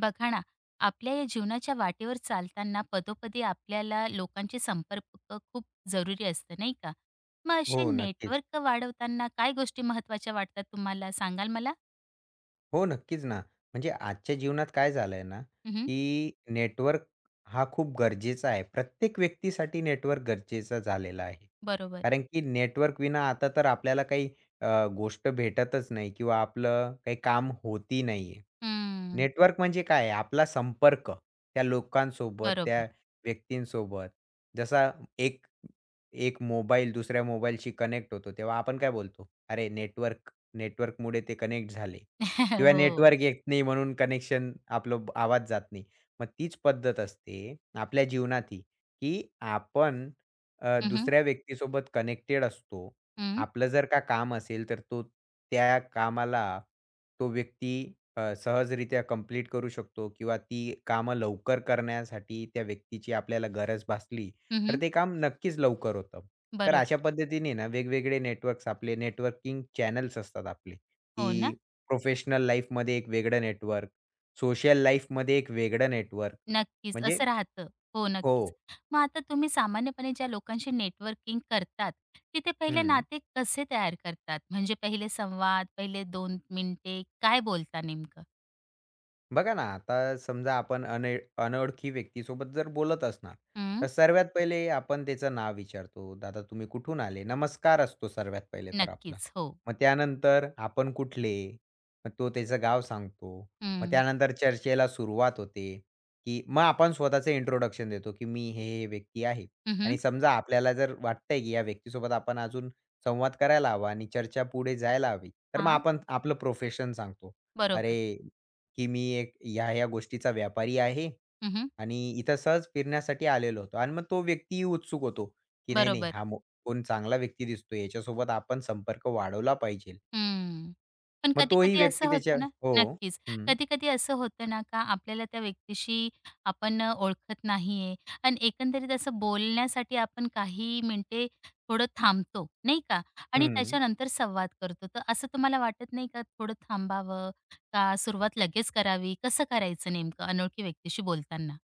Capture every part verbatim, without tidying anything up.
बघा ना, आपल्या या जीवनाच्या वाटेवर चालताना पदोपदी आपल्याला लोकांचे संपर्क खूप जरुरी असतं, नाही का? मग हो, असे नक्कीच. नेटवर्क वाढवताना काय गोष्टी महत्त्वाच्या वाटतात तुम्हाला, सांगाल मला? हो, नक्कीच ना. म्हणजे आजच्या जीवनात काय झालंय ना, हं, की नेटवर्क हा खूप गरजेचा आहे. प्रत्येक व्यक्तीसाठी नेटवर्क गरजेचा झालेला आहे. बरोबर. कारण की नेटवर्क विना आता तर आपल्याला काही अ, गोष्ट भेटतच नाही किंवा आपलं काही काम होती नाहीये. हं, नेटवर्क म्हणजे काय आहे? आपला संपर्क त्या लोकांसोबत, त्या बरोबर. व्यक्तींसोबत. जसा एक एक मोबाईल दुसऱ्या मोबाईलशी कनेक्ट होतो, तेव्हा आपण काय बोलतो? "अरे, नेटवर्क नेटवर्कमुळे ते कनेक्ट झाले." किंवा हो. नेटवर्क येत नाही म्हणून कनेक्शन आपलं ब आवाज जात नाही. मग तीच पद्धत असते आपल्या जीवनातही, की आपण अ, हं, हं. दुसऱ्या व्यक्तीसोबत कनेक्टेड असतो. हं, आपलं जर का काम असेल तर तो त्या कामाला तो व्यक्ती अ, सहजरित्या कंप्लीट करू शकतो किंवा ती कामं लवकर करण्यासाठी त्या व्यक्तीची आपल्याला गरज भासली, तर ते काम नक्कीच लवकर होतं. तर अशा बरोबर. पद्धतीने ना वेगवेगळे नेटवर्क्स आपले नेटवर्किंग चॅनल्स असतात आपले, की हो ना? प्रोफेशनल लाईफमध्ये एक वेगळं नेटवर्क, सोशल लाईफमध्ये एक वेगळं नेटवर्क. नक्कीच, म्हणजे असं राहतं. हो, हो. नक्कीच. मग आता तुम्ही सामान्यपणे ज्या लोकांशी नेटवर्किंग करतात, तिथे पहिले हं. नाते कसे तयार करतात? म्हणजे पहिले संवाद, पहिले दोन मिनिटे काय बोलता नेमकं? बघा ना, आता समजा आपण अने अनोळखी व्यक्तीसोबत जर बोलत असणार, हं, तर सर्वात पहिले आपण त्याचं नाव विचारतो. दादा तुम्ही कुठून आले? नमस्कार असतो सर्वात पहिले तर आपला. नक्कीच. हो. मग त्यानंतर आपण कुठले? मग तो त्याचं गाव सांगतो. मग हं. त्यानंतर चर्चेला सुरुवात होते, की मग आपण स्वतःचं इंट्रोडक्शन देतो, की मी हे-हे व्यक्ती आहे. हं, हं. आणि समजा आपल्याला जर वाटतंय, की या व्यक्तीसोबत आपण अजून संवाद करायला हवा आणि चर्चा पुढे जायला हवी, तर मग आपण आपलं प्रोफेशन सांगतो. अरे बरोबर. की मी एक ह्या-ह्या गोष्टीचा व्यापारी आहे हं, आणि इथं सहज फिरण्यासाठी आलेलो होतो. आणि मग तो व्यक्तीही उत्सुक होतो, की नाही, नाही बरोबर. हा मो कोण चांगला व्यक्ती दिसतोय, याच्यासोबत आपण संपर्क वाढवला पाहिजे. हं. पण मग तोही कधी-कधी असं व्यक्ती त्याच्या होतं ना हो. नक्कीच. हं, कधी-कधी असं होतं ना का आपल्याला त्या व्यक्तीशी आपण अ, ओळखत नाहीये आणि एकंदरीत असं बोलण्यासाठी आपण काही मिनिटे थोडं थांबतो, नाही का? आणि हं. त्याच्यानंतर संवाद करतो. तर असं तुम्हाला वाटत नाही का थोडं थांबावं का सुरुवात लगेच करावी? कसं करायचं नेमकं अनोळखी व्यक्तीशी बोलताना?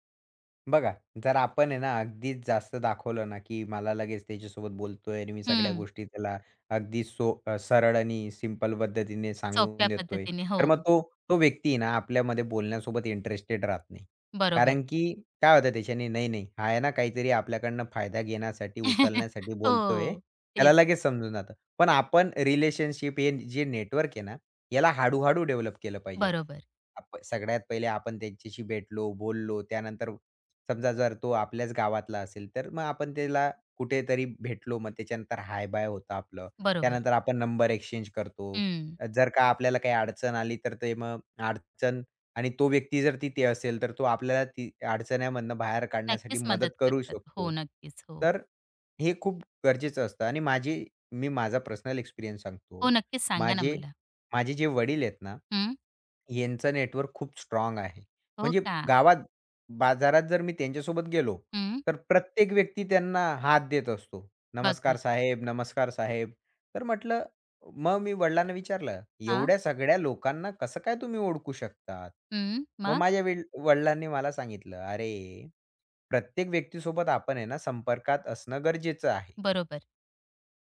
बघा, जर आपण आहे ना, अगदीच जास्त दाखवलं ना, की मला लगेच त्याच्यासोबत बोलतोय आणि मी सगळ्या हं. गोष्टी त्याला अगदी सो अ, सरळ आणि सिंपल पद्धतीने सोप्या सांगून देतोय. पद्धतीने. हो. तर मग तो तो व्यक्ती आहे ना, आपल्यामध्ये बोलण्यासोबत इंटरेस्टेड राहत नाही. बरोबर. कारण की काय होतं त्याच्याने, "नाही, नाही, हा आहे ना काहीतरी आपल्याकडनं फायदा घेण्यासाठी, उचलण्यासाठी बोलतोय." हो. तेच. त्याला लगेच समजून जातं. पण आपण रिलेशनशिप हे जे नेटवर्क आहे ना, याला हळू डेव्हलप केलं पाहिजे. बरोबर. आप सगळ्यात पहिले आपण त्यांच्याशी भेटलो, बोललो. त्यानंतर समजा जर तो आपल्याच गावातला असेल, तर मग आपण त्याला कुठेतरी भेटलो. मग त्याच्यानंतर हाय-बाय होतं आपलं. बरोबर. त्यानंतर आपण नंबर एक्सचेंज करतो. हं. अ, जर का आपल्याला काही अडचण आली, तर ते मग अडचण आणि तो व्यक्ती जर तिथे असेल, तर तो आपल्याला ती अडचण्यामधनं बाहेर काढण्यासाठी नक्कीच मदत मदत करू करतात. हो, शकतो. नक्कीच. हो. तर हे खूप गरजेचं असतं आणि माझी मी माझा पर्सनल एक्सपिरियन्स हो, सांगतो. नक्कीच सांगा ना माझे मला. माझे जे वडील आहेत ना हं. यांचं नेटवर्क खूप स्ट्रॉंग आहे. हो म्हणजे का? गावात, बाजारात जर मी त्यांच्यासोबत गेलो, हं. तर प्रत्येक व्यक्ती त्यांना हात देत असतो. बघा. "नमस्कार साहेब, नमस्कार साहेब." तर म्हटलं मग मी वडिलांना विचारलं, हा.. "एवढ्या सगळ्या लोकांना कसं काय तुम्ही ओळखू शकतात?" हं. मग मग? माझ्या वील वडिलांनी मला सांगितलं, "अरे, प्रत्येक व्यक्तीसोबत आपण आहे ना संपर्कात असणं गरजेचं आहे. बरोबर.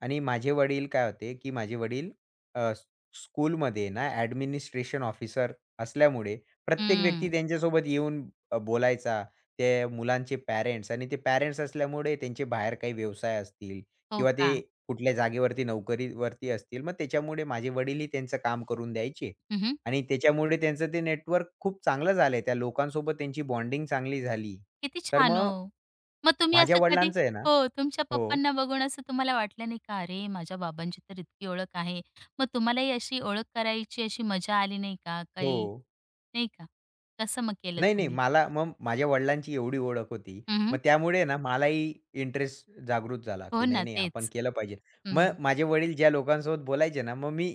आणि माझे वडील काय होते, की माझे वडील अ, स स्कूलमध्ये ना ॲडमिनिस्ट्रेशन ऑफिसर असल्यामुळे प्रत्येक हं. व्यक्ती त्यांच्यासोबत येऊन अ, बोलायचा. ते मुलांचे पॅरेंट्स आणि ते पॅरेंट्स असल्यामुळे त्यांचे बाहेर काही व्यवसाय असतील हो किंवा का? ते कुठल्या जागेवरती नोकरीवरती असतील. मग त्याच्यामुळे माझे वडीलही त्यांचं काम करून द्यायचे हं, आणि त्याच्यामुळे त्यांचं ते नेटवर्क खूप चांगलं झालंय. त्या लोकांसोबत त्यांची बॉन्डिंग चांगली झाली. किती तर छान मग हो. मग तुम्ही माझ्या असं कधी वडिलांचं आहे ना हो, तुमच्या हो, पप्पांना बघून असं तुम्हाला वाटलं नाही का? अरे, माझ्या बाबांची तर इतकी ओळख आहे. मग तुम्हालाही अशी ओळख करायची अशी मजा आली नाही का? हो. काही नाही का? कसं मग केलं नाही, नाही. तुम्ही? मला मग माझ्या वडिलांची एवढी ओळख होती. हं, मग त्यामुळे ना मलाही इंटरेस्ट जागृत झाला, हो की नाही, ना, नाही आपण तेच. केलं पाहिजे. मग हं. माझे वडील ज्या लोकांसोबत बोलायचे ना, मग मी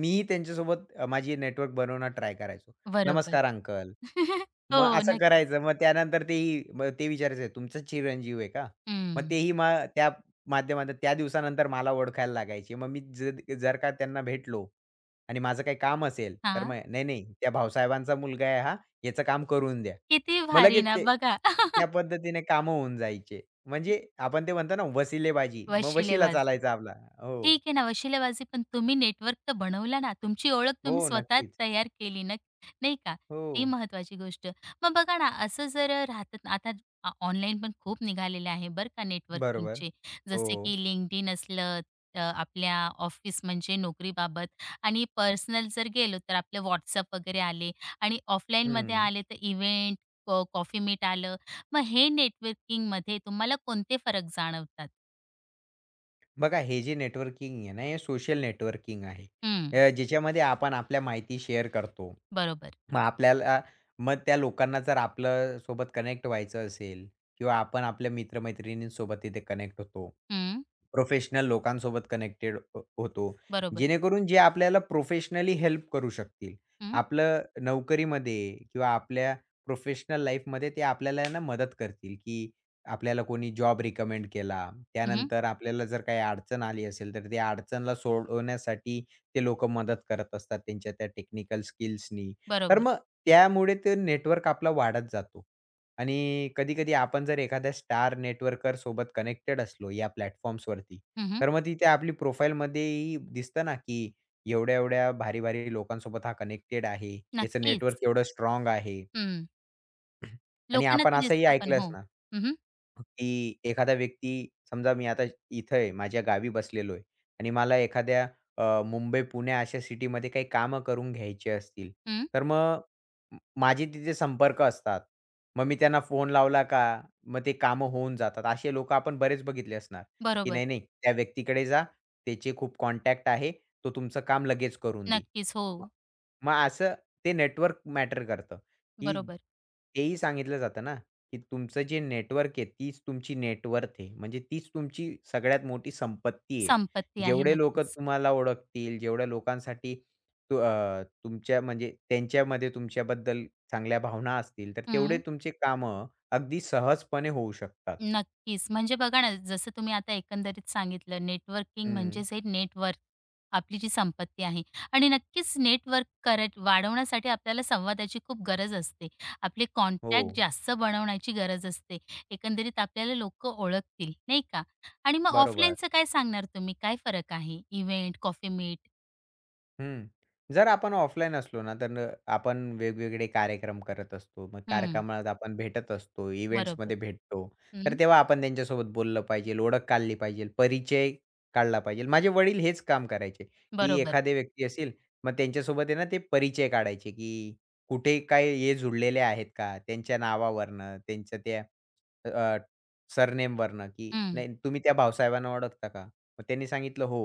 मीही त्यांच्यासोबत अ, माझी नेटवर्क बनवणं ट्राय करायचो. बरोबर. "नमस्कार अंकल." मग हो, असं नक्कीच. करायचं. मग त्यानंतर तेही मग ते विचारायचं, "तुमचाच चिरंजीव आहे का?" मग हं. तेही मग त्या माध्यमातून त्या दिवसानंतर मला ओळखायला लागायचे. मग मी जर जर का त्यांना भेटलो आणि माझं काही काम असेल, तर हां. मग "नाही, नाही, त्या भाऊसाहेबांचा मुलगा आहे हा, याचं काम करून द्या." किती मग भारी लगेच ना ते बघा. त्या पद्धतीने कामं होऊन जायचे. म्हणजे आपण ते म्हणतो ना वसिलेबाजी, मग वशिले वशिला वाजले. चालायचा आपला. हो. ठीक आहे ना, वशिलेबाजी पण तुम्ही नेटवर्क तर बनवला ना, तुमची ओळख तुम्ही हो, स्वतः नक्कीच. तयार केली ना, नाही का? ही हो. महत्त्वाची गोष्ट. मग बघा ना, असं जर राहतात आता ऑनलाईन पण खूप निघालेले आहे बरं का बरोबर. नेटवर्किंगचे. हो. जसे की लिंक्डइन असलं, अ, आपल्या ऑफिस म्हणजे नोकरीबाबत आणि पर्सनल जर गेलो तर आपले व्हॉट्सॲप वगैरे आले आणि ऑफलाईनमध्ये हं. आले तर इव्हेंट, कॉफी मीट आलं. मग हे नेटवर्किंगमध्ये तुम्हाला कोणते फरक जाणवतात? बघा हे जे नेटवर्किंग आहे ना, हे सोशल नेटवर्किंग आहे. हं, अ, ज्याच्यामध्ये आपण आपल्या माहिती शेअर करतो. बरोबर. मग आपल्याला मग त्या लोकांना जर आपल्या सोबत कनेक्ट व्हायचं असेल किंवा आपण आपल्या मित्र तिथे कनेक्ट होतो. हं. प्रोफेशनल लोकांसोबत कनेक्टेड अ, होतो. बरोबर. जेणेकरून जे आपल्याला प्रोफेशनली हेल्प करू शकतील. हं, आपलं नोकरीमध्ये किंवा आपल्या प्रोफेशनल लाईफमध्ये ते आपल्याला ना मदत करतील, की आपल्याला कोणी जॉब रिकमेंड केला. हं, त्यानंतर आपल्याला जर काही अडचण आली असेल, तर त्या अडचणला सोडवण्यासाठी ते लोकं मदत करत असतात त्यांच्या त्या टेक्निकल स्किल्सनी. तर बरोबर. मग त्यामुळे ते नेटवर्क आपला वाढत जातो. आणि कधी-कधी आपण जर एखाद्या स्टार नेटवर्कर सोबत कनेक्टेड असलो या प्लॅटफॉर्म्सवरती, हं, तर मग तिथे आपली प्रोफाईलमध्येही दिसतं ना, की एवढ्या-एवढ्या भारी-भारी लोकांसोबत हा कनेक्टेड आहे. याचं नक्कीच. नेटवर्क एवढं स्ट्राँग आहे. हं. आणि लोकांना आपण ते असंही दिसतं पण. ऐकलं हो. असणार, हं. की एखादा व्यक्ती समजा मी आता इथं आहे, माझ्या गावी बसलेलो आहे आणि मला एखाद्या अ, मुंबई, पुणे अशा सिटीमध्ये काही कामं करून घ्यायची असतील, हं. तर मग म माझे तिथे संपर्क असतात. मग मी त्यांना फोन लावला का, मग ते कामं होऊन जातात. असे लोकं आपण बरेच बघितले असणार, की बरोबर. नाही, नाही त्या व्यक्तीकडे जा, त्याचे खूप कॉन्टॅक्ट आहे, तो तुमचं काम लगेच करून देईल. नक्कीच. हो. मग मग असं ते नेटवर्क मॅटर करतं. की बरोबर. तेही सांगितलं जातं ना, की तुमचं जे नेटवर्क आहे, तीच तुमची नेटवर्थ आहे. म्हणजे तीच तुमची सगळ्यात मोठी संपत्ती आहे. संपत्ती आहे. जेवढे लोकं नक्कीच. तुम्हाला ओळखतील, जेवढ्या लोकांसाठी तु अ, तुमच्या म्हणजे त्यांच्यामध्ये तुमच्याबद्दल चांगल्या भावना असतील, तर तेवढे हं. तुमचे कामं अगदी सहजपणे होऊ शकतात. नक्कीच. म्हणजे बघा ना, जसं तुम्ही आता एकंदरीत सांगितलं नेटवर्किंग हं. म्हणजेच हे नेटवर्क आपली जी संपत्ती आहे आणि नक्कीच नेटवर्क करत वाढवण्यासाठी आपल्याला संवादाची खूप गरज असते. आपले हो. कॉन्टॅक्ट जास्त बनवण्याची गरज असते. एकंदरीत आपल्याला लोकं ओळखतील, नाही का? आणि मग बरोबर. ऑफलाईनचं काय सांगणार तुम्ही? काय फरक आहे? इव्हेंट, कॉफी मीट हं. जर आपण ऑफलाईन असलो ना, तर न- आपण वेगवेगळे कार्यक्रम करत असतो. मग हं, कार्यक्रमात आपण भेटत असतो, बरोबर. इव्हेंट्समध्ये भेटतो. तर हं, तेव्हा आपण त्यांच्यासोबत बोललं पाहिजे, ओळख काढली पाहिजे, परिचय काढला पाहिजे. माझे वडील हेच काम करायचे, की बरोबर. एखादी व्यक्ती असेल, मग त्यांच्यासोबत आहे ना ते परिचय काढायचे, की कुठे काय हे जुळलेले आहेत का? त्यांच्या नावावरनं, त्यांच्या त्या अ, सरनेमवरनं, की हं. नाही तुम्ही त्या भाऊसाहेबांना ओळखता का? मग त्यांनी सांगितलं, "हो."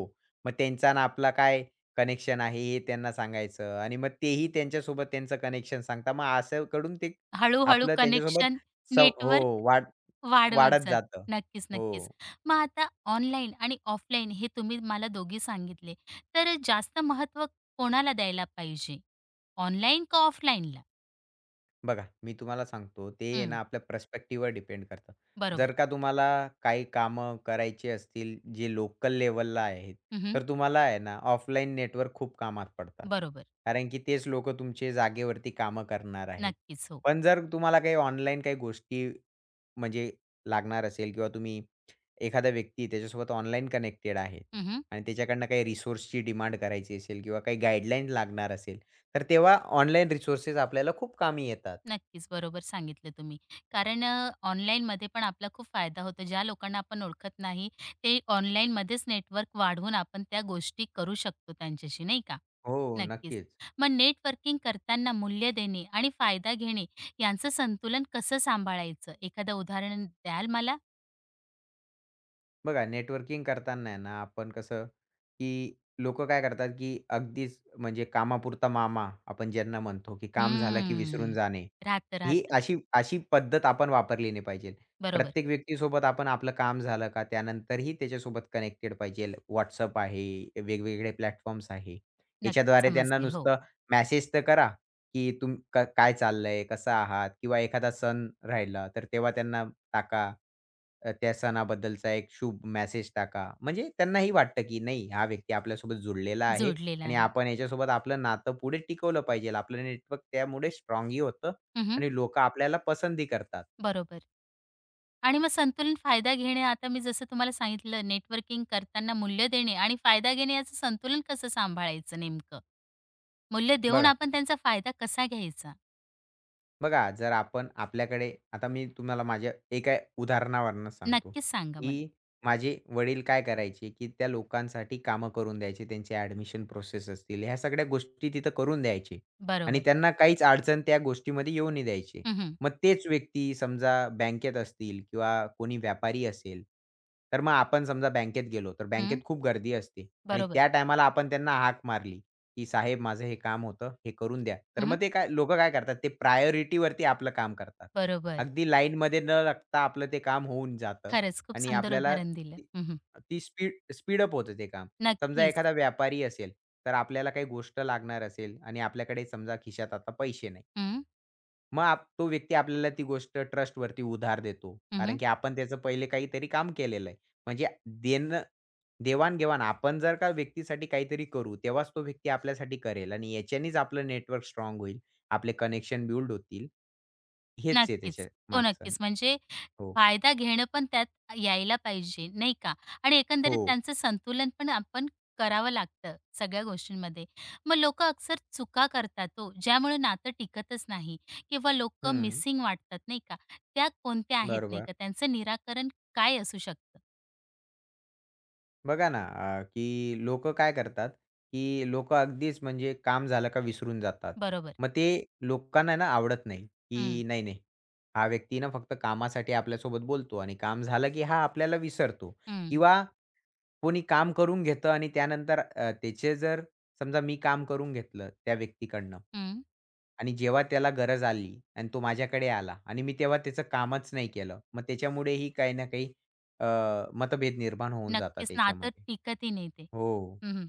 मग त्यांचा आणि आपला काय कनेक्शन आहे हे त्यांना सांगायचं आणि मग तेही त्यांच्यासोबत त्यांचं कनेक्शन सांगता मग असं कडून ते हळू आपलं कनेक्शन त्यांच्यासोबत सं हो नेटवर्क वाढ वाढवत वाढत जात. जातं. नक्कीच, नक्कीच. हो. मग आता ऑनलाईन आणि ऑफलाईन हे तुम्ही मला दोघे सांगितले. तर जास्त महत्व कोणाला द्यायला पाहिजे? ऑनलाईन का ऑफलाईनला? बघा, मी तुम्हाला सांगतो, ते आहे हं, ना आपल्या पर्स्पेक्टिव्हवर डिपेंड करतं. जर बरोबर. का तुम्हाला काही कामं करायची असतील, जे लोकल लेव्हलला आहेत, हं, हं. तर तुम्हाला आहे ना ऑफलाईन नेटवर्क खूप कामात पडतात. बरोबर. कारण की तेच लोकं तुमचे जागेवरती कामं करणार आहेत. नक्कीच. हो. पण जर तुम्हाला काही ऑनलाईन काही गोष्टी म्हणजे लागणार असेल किंवा तुम्ही एखादा व्यक्ती त्याच्यासोबत ऑनलाईन कनेक्टेड आहे हं, आणि त्याच्याकडनं काही रिसोर्सची डिमांड करायची असेल किंवा काही गाईडलाईन लागणार असेल, तर तेव्हा ऑनलाईन रिसोर्सेस आपल्याला खूप कामी येतात. नक्कीच, बरोबर सांगितलं तुम्ही. कारण अ, ऑनलाईनमध्ये पण आपला खूप फायदा होतो. ज्या लोकांना आपण ओळखत नाही, ते ऑनलाईनमध्येच नेटवर्क वाढवून आपण त्या गोष्टी करू शकतो त्यांच्याशी, नाही का? हो, नक्कीच. नक्कीच. मग नेटवर्किंग करताना मूल्य देणे आणि फायदा घेणे यांचं संतुलन कसं सांभाळायचं? एखादं उदाहरण द्याल मला? बघा नेटवर्किंग करताना आहे ना आपण कसं, की लोकं काय करतात, की अगदीच म्हणजे कामापुरता मामा आपण ज्यांना म्हणतो, की काम झालं की विसरून हम्म. जाणे. राहतं, ही राहतं. अशी अशी पद्धत आपण वापरली नाही पाहिजे. बरोबर. प्रत्येक व्यक्तीसोबत आपण आपलं काम झालं का त्यानंतरही त्याच्यासोबत कनेक्टेड पाहिजे. WhatsApp आहे, वेगवेगळे प्लॅटफॉर्म्स आहे. नक्कीच याच्याद्वारे त्यांना समजले. हो, नुसतं मेसेज तर करा, की तुम क काय चाललंय, कसं आहात किंवा एखादा सण राहिला तर तेव्हा त्यांना टाका. अ, त्या सणाबद्दलचा एक शुभ मेसेज टाका. म्हणजे त्यांनाही वाटतं, की नाही हा व्यक्ती आपल्यासोबत जुडलेला आहे जुडलेलं आणि आहे. आपण याच्यासोबत आपलं नातं पुढे टिकवलं पाहिजे. आपलं नेटवर्क त्यामुळे स्ट्राँगही होतं हं, आणि लोकं आपल्याला पसंतही करतात. बरोबर. आणि मग संतुलन फायदा घेणे, आता मी जसं तुम्हाला सांगितलं नेटवर्किंग करताना मूल्य देणे आणि फायदा घेणे याचं संतुलन कसं सांभाळायचं नेमकं? मूल्य देऊन बघा. आपण त्यांचा फायदा कसा घ्यायचा? बघा, जर आपण आपल्याकडे आता मी तुम्हाला माझ्या एका उदाहरणावरून सांगतो, नक्कीच सांगा मला. की माझे वडील काय करायचे, की त्या लोकांसाठी कामं करून द्यायचे. त्यांची ॲडमिशन प्रोसेस असतील, ह्या सगळ्या गोष्टी तिथं करून द्यायचे आणि बरोबर. त्यांना काहीच अडचण त्या गोष्टीमध्ये येऊ नाही द्यायचे. हं, हं. मग तेच व्यक्ती समजा बँकेत असतील किंवा कोणी व्यापारी असेल, तर मग आपण समजा बँकेत गेलो, तर हं. बँकेत खूप गर्दी असते आणि बरोबर. त्या टायमाला आपण त्यांना हाक मारली. की साहेब माझं हे काम होतं, हे करून द्या. तर हं, मग ते काय लोकं काय करतात ते प्रायोरिटीवरती आपलं काम करतात. बरोबर. अगदी लाईनमध्ये न लागता आपलं ते काम होऊन जातं खरंच खूप आणि सुंदर आपल्याला उदाहरण दिलं. ती हं, ती स्पीड स्पीडअप होतं ते काम. समजा नक्कीच. एखादा व्यापारी असेल, तर आपल्याला काही गोष्ट लागणार असेल आणि आपल्याकडे समजा खिशात आता पैसे नाही. हं. मग आप तो व्यक्ती आपल्याला ती गोष्ट ट्रस्टवरती उधार देतो. हं, कारण की आपण त्याचं पहिले काहीतरी काम केलेलं आहे. म्हणजे देणं देवाण आपण जर का व्यक्तीसाठी काहीतरी करू, तेव्हाच तो व्यक्ती आपल्यासाठी करेल आणि याच्यानेच आपलं नेटवर्क स्ट्राँग होईल. आपले कनेक्शन बिल्ड होतील. हेच आहे नक्कीच. त्याच्या हो, मागचं. नक्कीच. म्हणजे हो. फायदा घेणं पण त्यात यायला पाहिजे, नाही का? आणि एकंदरीत हो. त्यांचं संतुलन पण आपण करावं लागतं सगळ्या गोष्टींमध्ये. मग लोकं अक्सर चुका करतात तो, ज्यामुळे नातं टिकतच नाही किंवा लोकं हं. मिसिंग वाटतात, नाही का? त्या कोणत्या आहेत नाही बरोबर. का? त्यांचं निराकरण काय असू शकतं? बघा ना अ, की लोकं काय करतात, की लोकं अगदीच म्हणजे काम झालं का विसरून जातात. बरोबर. मग ते लोकांना ना आवडत नाही, हं, की नाही, नाही. हा व्यक्ती ना फक्त कामासाठी आपल्यासोबत बोलतो आणि काम झालं की हा आपल्याला विसरतो हं, किंवा कोणी काम करून घेतं आणि त्यानंतर अ, त्याचे जर समजा मी काम करून घेतलं त्या व्यक्तीकडनं हं. आणि जेव्हा त्याला गरज आली आणि तो माझ्याकडे आला आणि मी तेव्हा त्याचं कामच नाही केलं. मग त्याच्यामुळेही काही ना काही अ, मतभेद निर्माण होऊन नक्कीच जातात नातं याच्यामध्ये. टिकतही नाही ते. हो. हं, हं.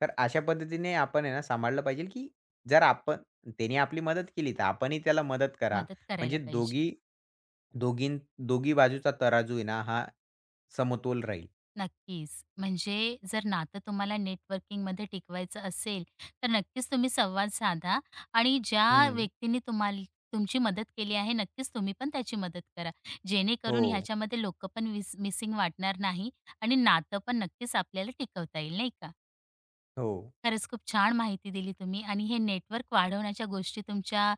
तर अशा पद्धतीने आपण आहे ना सांभाळलं पाहिजे, की जर आपण त्याने आपली मदत केली तर आपणही त्याला मदत करा. मदत करायला म्हणजे पाहिजे. दोघी दोघीं दोघी बाजूचा तराजू आहे ना हा समतोल राहील. नक्कीच. म्हणजे जर नातं तुम्हाला नेटवर्किंगमध्ये टिकवायचं असेल, तर नक्कीच तुम्ही संवाद साधा आणि ज्या हं. व्यक्तींनी तुम्हाला तुमची मदत केली आहे, नक्कीच तुम्ही पण त्याची मदत करा. हो, जेणेकरून ह्याच्यामध्ये लोकं पण मिस मिसिंग वाटणार नाही आणि नातं पण नक्कीच आपल्याला टिकवता येईल, नाही का? हो. खरंच खूप छान माहिती दिली तुम्ही आणि हे नेटवर्क वाढवण्याच्या गोष्टी तुमच्या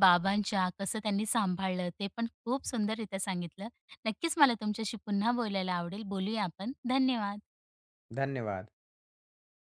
बाबांच्या कसं त्यांनी सांभाळलं, ते पण खूप सुंदररीत्या सांगितलं. नक्कीच मला तुमच्याशी पुन्हा बोलायला आवडेल. बोलूया आपण. धन्यवाद. धन्यवाद.